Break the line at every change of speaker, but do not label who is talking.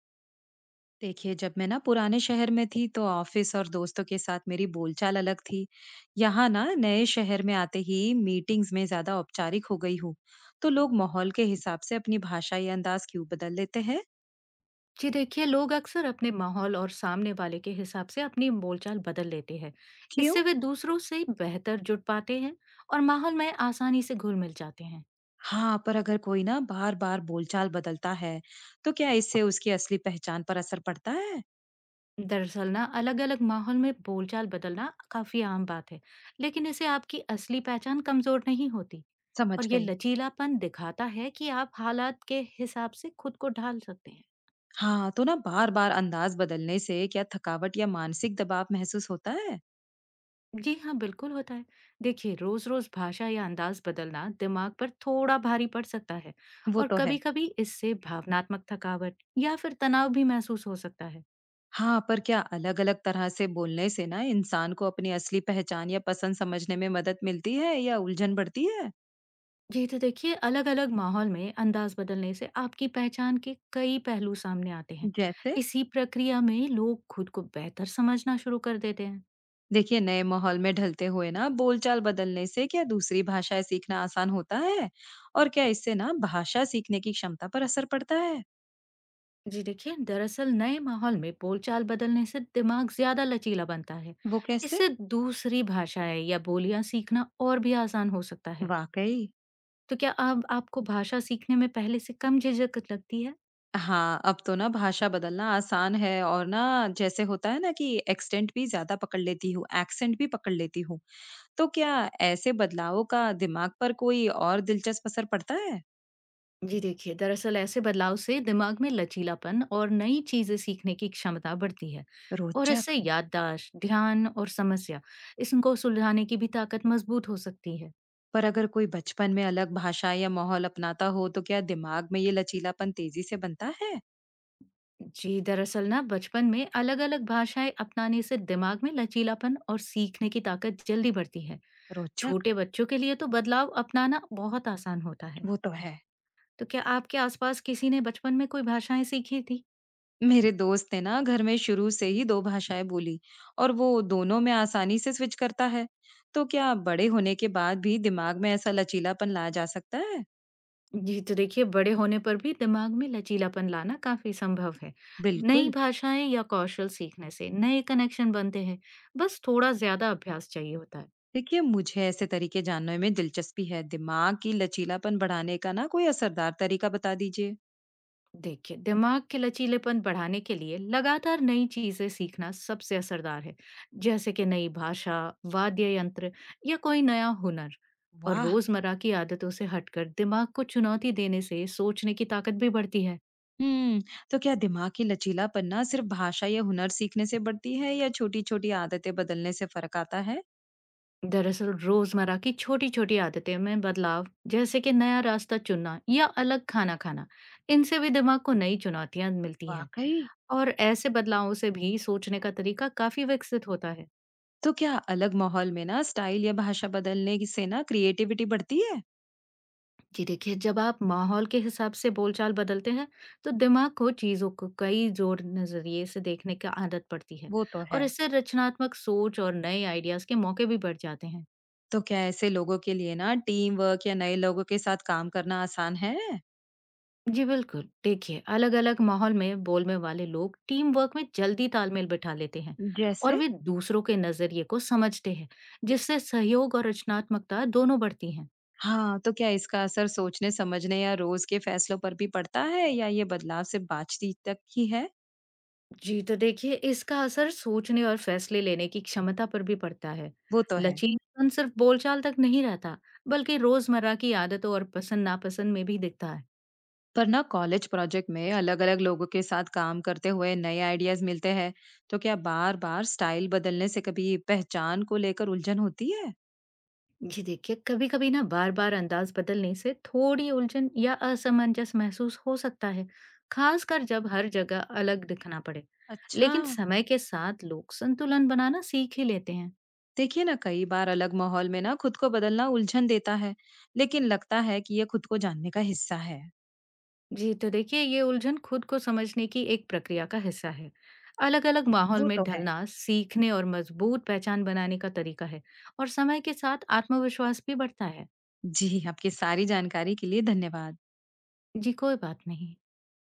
देखिए जब मैं ना पुराने शहर में थी तो ऑफिस और दोस्तों के साथ मेरी बोलचाल अलग थी। यहाँ ना नए शहर में आते ही मीटिंग्स में ज्यादा औपचारिक हो गई हूँ। तो लोग माहौल के हिसाब से अपनी भाषा या अंदाज क्यों बदल लेते हैं?
जी देखिए, लोग अक्सर अपने माहौल और सामने वाले के हिसाब से अपनी बोलचाल बदल लेते हैं।
क्यों?
इससे वे दूसरों से बेहतर जुड़ पाते हैं और माहौल में आसानी से घुल-मिल जाते हैं।
हाँ पर अगर कोई ना बार बार बोलचाल बदलता है तो क्या इससे उसकी असली पहचान पर असर पड़ता है?
दरअसल ना अलग-अलग माहौल में बोलचाल बदलना काफी आम बात है, लेकिन इससे आपकी असली पहचान कमजोर नहीं होती। और
समझ
ये
गई।
लचीलापन दिखाता है कि आप हालात के हिसाब से खुद को ढाल सकते हैं।
हाँ तो ना बार बार अंदाज बदलने से क्या थकावट या मानसिक दबाव महसूस होता है?
जी हाँ, बिल्कुल होता है। देखिए, रोज़-रोज़ भाषा या अंदाज़ बदलना दिमाग पर थोड़ा भारी पड़ सकता है
वो
और
तो है।
कभी-कभी इससे भावनात्मक थकावट या फिर तनाव भी महसूस हो सकता है।
हाँ, पर क्या अलग-अलग तरह से बोलने से ना इंसान को अपनी असली पहचान या पसंद समझने में मदद मिलती है या उलझन बढ़ती है?
जी तो देखिए, अलग-अलग माहौल में अंदाज़ बदलने से आपकी पहचान के कई पहलू सामने आते हैं।
जैसे?
इसी प्रक्रिया में लोग खुद को बेहतर समझना शुरू कर देते हैं।
देखिए नए माहौल में ढलते हुए ना बोलचाल बदलने से क्या दूसरी भाषाएं सीखना आसान होता है? और क्या इससे ना भाषा सीखने की क्षमता पर असर पड़ता है?
जी देखिए, दरअसल नए माहौल में बोलचाल बदलने से दिमाग ज्यादा लचीला बनता है।
वो कैसे?
इससे दूसरी भाषाएं या बोलियां सीखना और भी आसान हो सकता है।
वाकई?
तो क्या अब आपको भाषा सीखने में पहले से कम झिझक लगती है?
हाँ, अब तो ना भाषा बदलना आसान है और ना जैसे होता है ना कि एक्सेंट भी पकड़ लेती हूँ। तो क्या ऐसे बदलावों का दिमाग पर कोई और दिलचस्प असर पड़ता है?
जी देखिए, दरअसल ऐसे बदलाव से दिमाग में लचीलापन और नई चीजें सीखने की क्षमता बढ़ती है। और
रोचक।
इससे याददाश्त, ध्यान और समस्या, इसको सुलझाने की भी ताकत मजबूत हो सकती है।
पर अगर कोई बचपन में अलग भाषा या माहौल अपनाता हो, तो क्या दिमाग में ये लचीलापन तेजी से बनता है?
जी दरअसल ना बचपन में अलग अलग भाषाएं अपनाने से दिमाग में लचीलापन और सीखने की ताकत जल्दी बढ़ती है।
रोचक।
छोटे बच्चों के लिए तो बदलाव अपनाना बहुत आसान होता है।
वो तो है।
तो क्या आपके आसपास किसी ने बचपन में कोई भाषाएं सीखी थी?
मेरे दोस्त ने ना घर में शुरू से ही 2 भाषाएं बोली और वो दोनों में आसानी से स्विच करता है। तो क्या बड़े होने के बाद भी दिमाग में ऐसा लचीलापन लाया जा सकता है?
जी तो देखिए, बड़े होने पर भी दिमाग में लचीलापन लाना काफी संभव है। नई
बिल्कुल।
भाषाएं या कौशल सीखने से नए कनेक्शन बनते हैं। बस थोड़ा ज्यादा अभ्यास चाहिए होता है।
देखिए मुझे ऐसे तरीके जानने में दिलचस्पी है, दिमाग की लचीलापन बढ़ाने का ना कोई असरदार तरीका बता दीजिए।
देखिए, दिमाग के लचीलेपन बढ़ाने के लिए लगातार नई चीजें सीखना सबसे असरदार है। जैसे कि नई भाषा, वाद्य यंत्र या कोई नया हुनर। और
वाह।
रोजमर्रा की आदतों से हटकर दिमाग को चुनौती देने से सोचने की ताकत भी बढ़ती है।
हम्म। तो क्या दिमाग की लचीलापन ना सिर्फ भाषा या हुनर सीखने से बढ़ती है या छोटी छोटी आदतें बदलने से फर्क आता है?
दरअसल रोजमर्रा की छोटी छोटी आदतें में बदलाव, जैसे कि नया रास्ता चुनना या अलग खाना खाना, इनसे भी दिमाग को नई चुनौतियां मिलती है।
वाकई।
और ऐसे बदलावों से भी सोचने का तरीका काफी विकसित होता है।
तो क्या अलग माहौल में ना स्टाइल या भाषा बदलने की- से ना क्रिएटिविटी बढ़ती है?
जी देखिए, जब आप माहौल के हिसाब से बोलचाल बदलते हैं, तो दिमाग को चीज़ों को कई जोर नज़रिए से देखने की आदत पड़ती है।
वो तो है।
और इससे रचनात्मक सोच और नए आइडियाज़ के मौके भी बढ़ जाते हैं।
तो क्या ऐसे लोगों के लिए ना टीम वर्क या नए लोगों के साथ काम करना आसान है?
जी बिल्कुल, देखिए अलग-अलग माहौल में बोलने वाले लोग टीम वर्क में जल्दी तालमेल बिठा लेते हैं। और
जैसे?
वे दूसरों के नज़रिए को समझते हैं, जिससे सहयोग और रचनात्मकता दोनों बढ़ती हैं।
हाँ, तो क्या इसका असर सोचने-समझने या रोज़ के फैसलों पर भी पड़ता है या ये बदलाव सिर्फ बातचीत तक ही है?
जी, तो देखिए इसका असर सोचने और फैसले लेने की क्षमता पर भी पड़ता है।
वो तो है।
लचीलापन सिर्फ बोलचाल तक नहीं रहता, बल्कि रोजमर्रा की आदतों और पसंद-नापसंद में भी दिखता है।
पर ना कॉलेज प्रोजेक्ट में अलग-अलग लोगों के साथ काम करते हुए नए आइडियाज़ मिलते हैं, तो क्या बार-बार स्टाइल बदलने से कभी पहचान को लेकर उलझन होती है?
जी देखिए, कभी-कभी ना बार-बार अंदाज बदलने से थोड़ी उलझन या असमंजस महसूस हो सकता है, खासकर जब हर जगह अलग दिखना पड़े।
अच्छा,
लेकिन समय के साथ लोग संतुलन बनाना सीख ही लेते हैं।
देखिए ना कई बार अलग माहौल में ना खुद को बदलना उलझन देता है, लेकिन लगता है कि ये खुद को जानने का हिस्सा है।
जी, तो देखिए ये उलझन खुद को समझने की एक प्रक्रिया का हिस्सा है। अलग-अलग माहौल
वो
में
तो है।
ढलना सीखने और मजबूत पहचान बनाने का तरीका है। और समय के साथ आत्मविश्वास भी बढ़ता है।
जी, आपकी सारी जानकारी के लिए धन्यवाद।
जी, कोई बात नहीं।